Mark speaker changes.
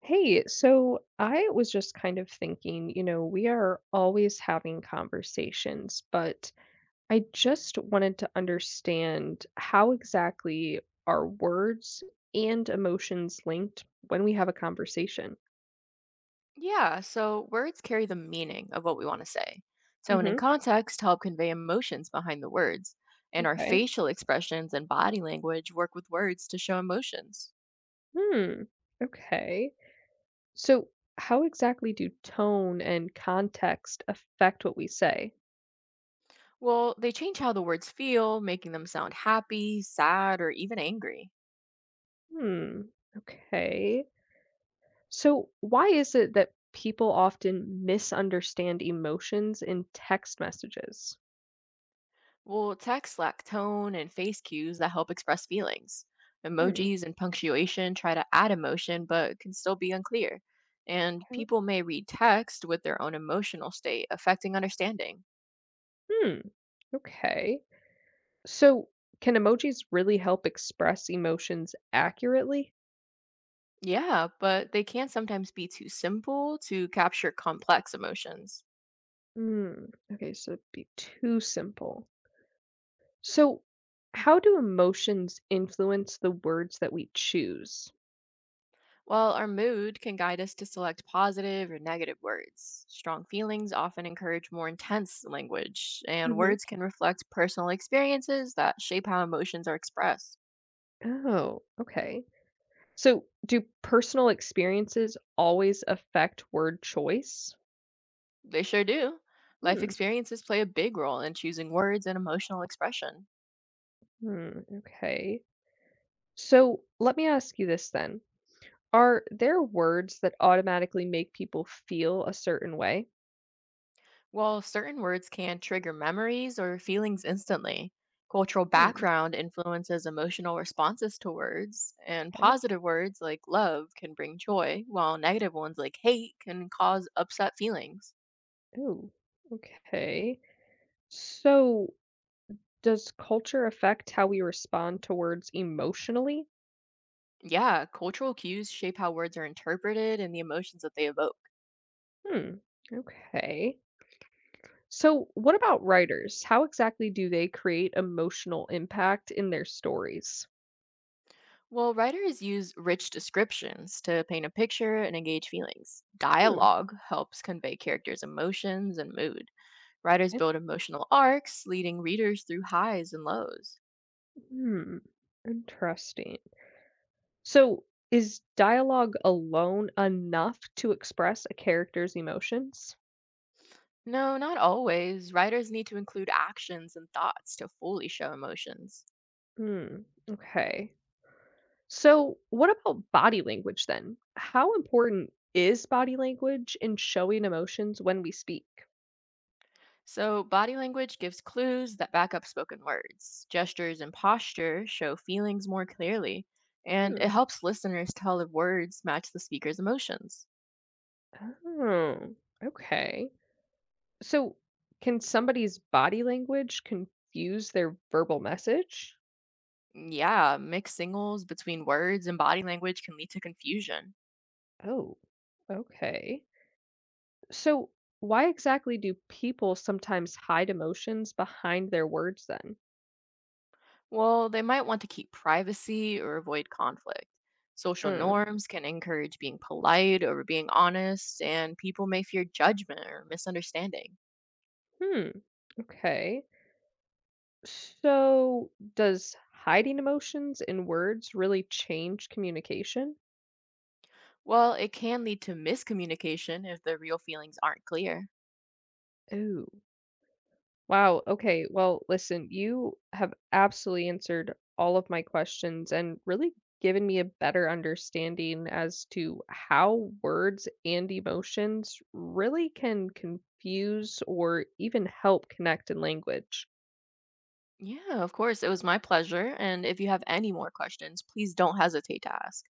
Speaker 1: Hey, so I was just kind of thinking, we are always having conversations, but I just wanted to understand how exactly are words and emotions linked when we have a conversation?
Speaker 2: Yeah, so words carry the meaning of what we want to say. So, and in
Speaker 1: Hmm.
Speaker 2: context, help convey emotions behind the words. And our
Speaker 1: Okay.
Speaker 2: facial expressions and body language work with words to show emotions.
Speaker 1: Hmm. Okay. So, how exactly do tone and context affect what we say?
Speaker 2: Well, they change how the words feel, making them sound happy, sad, or even angry.
Speaker 1: Hmm. Okay. So, why is it that people often misunderstand emotions in text messages?
Speaker 2: Well, text lack tone and face cues that help express feelings.
Speaker 1: Hmm.
Speaker 2: Emojis and punctuation try to add emotion but can still be unclear. And
Speaker 1: Okay.
Speaker 2: people may read text with their own emotional state, affecting understanding.
Speaker 1: Hmm. Okay. So, can emojis really help express emotions accurately?
Speaker 2: Yeah, but they can sometimes be too simple to capture complex emotions.
Speaker 1: Hmm. Okay. So, it'd be too simple. So, how do emotions influence the words that we choose?
Speaker 2: While our mood can guide us to select positive or negative words, strong feelings often encourage more intense language, and
Speaker 1: Hmm.
Speaker 2: words can reflect personal experiences that shape how emotions are expressed.
Speaker 1: Oh, okay. So, do personal experiences always affect word choice?
Speaker 2: They sure do. Life experiences play a big role in choosing words and emotional expression.
Speaker 1: Hmm, okay. So let me ask you this then. Are there words that automatically make people feel a certain way?
Speaker 2: Well, certain words can trigger memories or feelings instantly, cultural
Speaker 1: Hmm,
Speaker 2: background influences emotional responses to words, and
Speaker 1: okay.
Speaker 2: positive words like love can bring joy, while negative ones like hate can cause upset feelings.
Speaker 1: Ooh, okay. So, does culture affect how we respond to words emotionally?
Speaker 2: Yeah, cultural cues shape how words are interpreted and the emotions that they evoke.
Speaker 1: Hmm, okay. So what about writers? How exactly do they create emotional impact in their stories?
Speaker 2: Well, writers use rich descriptions to paint a picture and engage feelings.
Speaker 1: Hmm,
Speaker 2: Dialogue helps convey characters' emotions and moods. Writers
Speaker 1: okay.
Speaker 2: build emotional arcs, leading readers through highs and lows.
Speaker 1: Hmm, interesting. So, is dialogue alone enough to express a character's emotions?
Speaker 2: No, not always. Writers need to include actions and thoughts to fully show emotions.
Speaker 1: Hmm. Okay. So, what about body language then? How important is body language in showing emotions when we speak?
Speaker 2: So, body language gives clues that back up spoken words. Gestures and posture show feelings more clearly, and it
Speaker 1: Hmm.
Speaker 2: helps listeners tell if words match the speaker's emotions.
Speaker 1: Oh, okay. So, can somebody's body language confuse their verbal message?
Speaker 2: Yeah, mixed signals between words and body language can lead to confusion.
Speaker 1: Oh, okay. So, why exactly do people sometimes hide emotions behind their words then?
Speaker 2: Well, they might want to keep privacy or avoid conflict. Social
Speaker 1: Mm.
Speaker 2: norms can encourage being polite over being honest, and people may fear judgment or misunderstanding.
Speaker 1: Hmm. Okay. So, does hiding emotions in words really change communication?
Speaker 2: Well, it can lead to miscommunication if the real feelings aren't clear.
Speaker 1: Ooh. Wow. Okay. Well, listen, you have absolutely answered all of my questions and really given me a better understanding as to how words and emotions really can confuse or even help connect in language.
Speaker 2: Yeah, of course, it was my pleasure. And if you have any more questions, please don't hesitate to ask.